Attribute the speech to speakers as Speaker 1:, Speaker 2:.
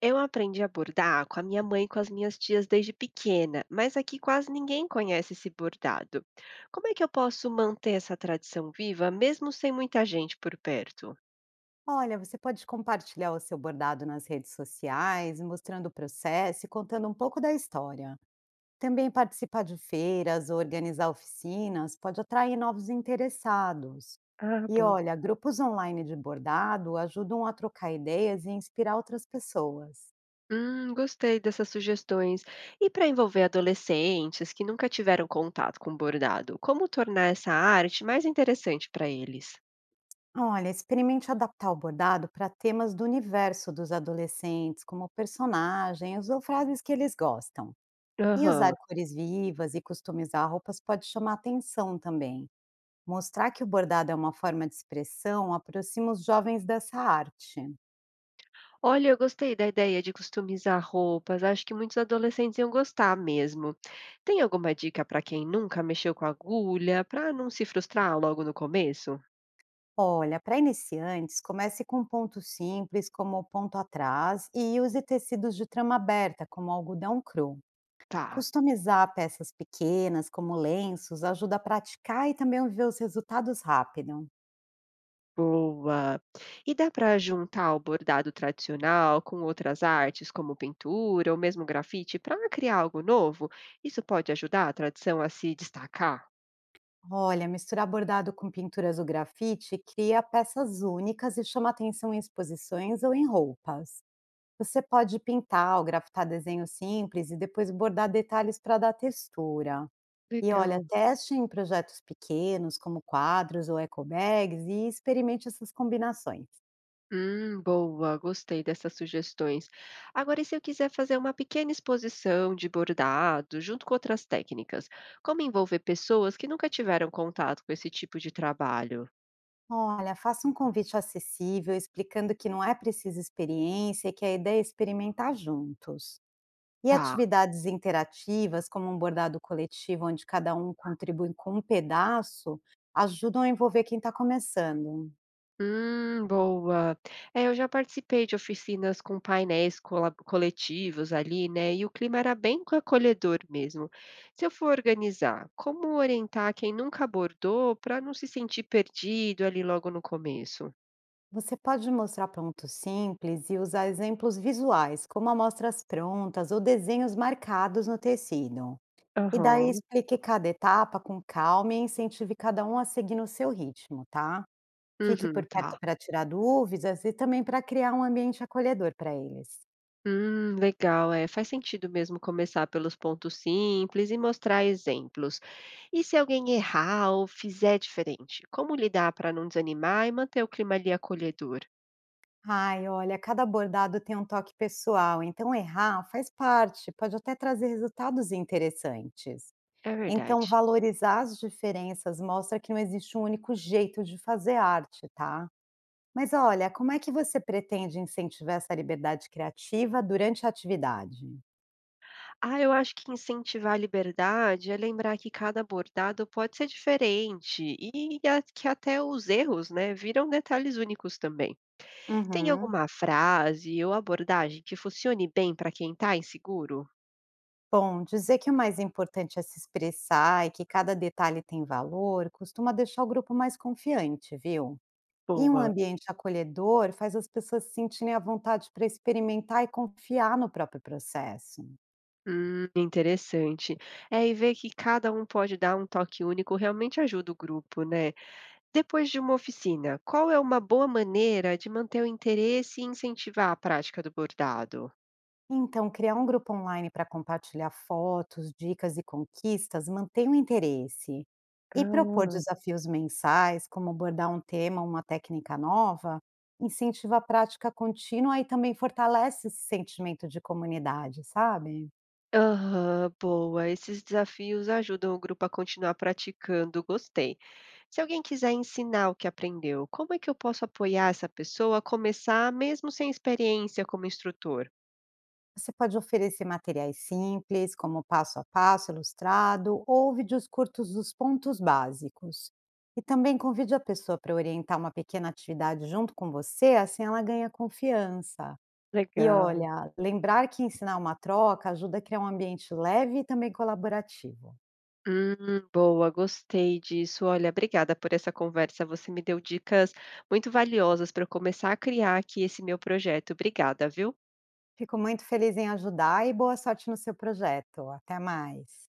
Speaker 1: Eu aprendi a bordar com a minha mãe e com as minhas tias desde pequena, mas aqui quase ninguém conhece esse bordado. Como é que eu posso manter essa tradição viva, mesmo sem muita gente por perto?
Speaker 2: Olha, você pode compartilhar o seu bordado nas redes sociais, mostrando o processo e contando um pouco da história. Também participar de feiras ou organizar oficinas pode atrair novos interessados.
Speaker 1: Ah,
Speaker 2: E
Speaker 1: bom.
Speaker 2: olha, grupos online de bordado ajudam a trocar ideias e inspirar outras pessoas.
Speaker 1: Gostei dessas sugestões. E para envolver adolescentes que nunca tiveram contato com bordado, como tornar essa arte mais interessante para eles?
Speaker 2: Olha, experimente adaptar o bordado para temas do universo dos adolescentes, como personagens ou frases que eles gostam. E usar
Speaker 1: Aham.
Speaker 2: cores vivas e customizar roupas pode chamar atenção também. Mostrar que o bordado é uma forma de expressão aproxima os jovens dessa arte.
Speaker 1: Olha, eu gostei da ideia de customizar roupas. Acho que muitos adolescentes iam gostar mesmo. Tem alguma dica para quem nunca mexeu com agulha, para não se frustrar logo no começo?
Speaker 2: Olha, para iniciantes, comece com um ponto simples, como o ponto atrás, e use tecidos de trama aberta, como algodão cru.
Speaker 1: Tá,
Speaker 2: Customizar peças pequenas, como lenços, ajuda a praticar e também ver os resultados rápido.
Speaker 1: boa. E dá para juntar o bordado tradicional com outras artes, como pintura ou mesmo grafite, para criar algo novo? Isso pode ajudar a tradição a se destacar?
Speaker 2: Olha, misturar bordado com pinturas ou grafite cria peças únicas e chama atenção em exposições ou em roupas. Você pode pintar ou grafitar desenhos simples e depois bordar detalhes para dar textura. E olha,
Speaker 1: Legal.
Speaker 2: teste em projetos pequenos, como quadros ou ecobags, e experimente essas combinações.
Speaker 1: Boa, gostei dessas sugestões. Agora, e se eu quiser fazer uma pequena exposição de bordado junto com outras técnicas, como envolver pessoas que nunca tiveram contato com esse tipo de trabalho?
Speaker 2: Olha, faça um convite acessível, explicando que não é preciso experiência e que a ideia é experimentar juntos. E
Speaker 1: Tá.
Speaker 2: atividades interativas, como um bordado coletivo, onde cada um contribui com um pedaço, ajudam a envolver quem está começando.
Speaker 1: Boa. É, eu já participei de oficinas com painéis coletivos ali, né? E o clima era bem acolhedor mesmo. Se eu for organizar, como orientar quem nunca bordou para não se sentir perdido ali logo no começo?
Speaker 2: Você pode mostrar prontos simples e usar exemplos visuais, como amostras prontas ou desenhos marcados no tecido. E daí
Speaker 1: Aham.
Speaker 2: explique cada etapa com calma e incentive cada um a seguir no seu ritmo, tá? Fique
Speaker 1: Uhum,
Speaker 2: por perto
Speaker 1: tá.
Speaker 2: para tirar dúvidas e também para criar um ambiente acolhedor para eles.
Speaker 1: Legal, é. Faz sentido mesmo começar pelos pontos simples e mostrar exemplos. E se alguém errar ou fizer diferente, como lidar para não desanimar e manter o clima ali acolhedor?
Speaker 2: Ai, olha, cada bordado tem um toque pessoal, então errar faz parte, pode até trazer resultados interessantes.
Speaker 1: É
Speaker 2: Então
Speaker 1: verdade.
Speaker 2: valorizar as diferenças mostra que não existe um único jeito de fazer arte, tá? Mas olha, como é que você pretende incentivar essa liberdade criativa durante a atividade?
Speaker 1: Ah, eu acho que incentivar a liberdade é lembrar que cada abordado pode ser diferente e que até os erros, né, viram detalhes únicos também. Tem
Speaker 2: Uhum.
Speaker 1: alguma frase ou abordagem que funcione bem para quem está inseguro?
Speaker 2: Bom, dizer que o mais importante é se expressar e que cada detalhe tem valor costuma deixar o grupo mais confiante, viu? E um
Speaker 1: Boa.
Speaker 2: ambiente acolhedor faz as pessoas se sentirem à vontade para experimentar e confiar no próprio processo.
Speaker 1: Interessante. É, e ver que cada um pode dar um toque único realmente ajuda o grupo, né? Depois de uma oficina, qual é uma boa maneira de manter o interesse e incentivar a prática do bordado?
Speaker 2: Então, criar um grupo online para compartilhar fotos, dicas e conquistas mantém o interesse. E propor
Speaker 1: Ah,
Speaker 2: desafios mensais, como abordar um tema ou uma técnica nova, incentiva a prática contínua e também fortalece esse sentimento de comunidade, sabe?
Speaker 1: aham, boa. Esses desafios ajudam o grupo a continuar praticando. Gostei. Se alguém quiser ensinar o que aprendeu, como é que eu posso apoiar essa pessoa a começar mesmo sem experiência como instrutor?
Speaker 2: Você pode oferecer materiais simples, como passo a passo ilustrado, ou vídeos curtos dos pontos básicos. E também convide a pessoa para orientar uma pequena atividade junto com você, assim ela ganha confiança. E
Speaker 1: Legal.
Speaker 2: olha, lembrar que ensinar uma troca ajuda a criar um ambiente leve e também colaborativo.
Speaker 1: Boa, gostei disso. Olha, obrigada por essa conversa. Você me deu dicas muito valiosas para eu começar a criar aqui esse meu projeto. Obrigada, viu?
Speaker 2: Fico muito feliz em ajudar e boa sorte no seu projeto. Até mais.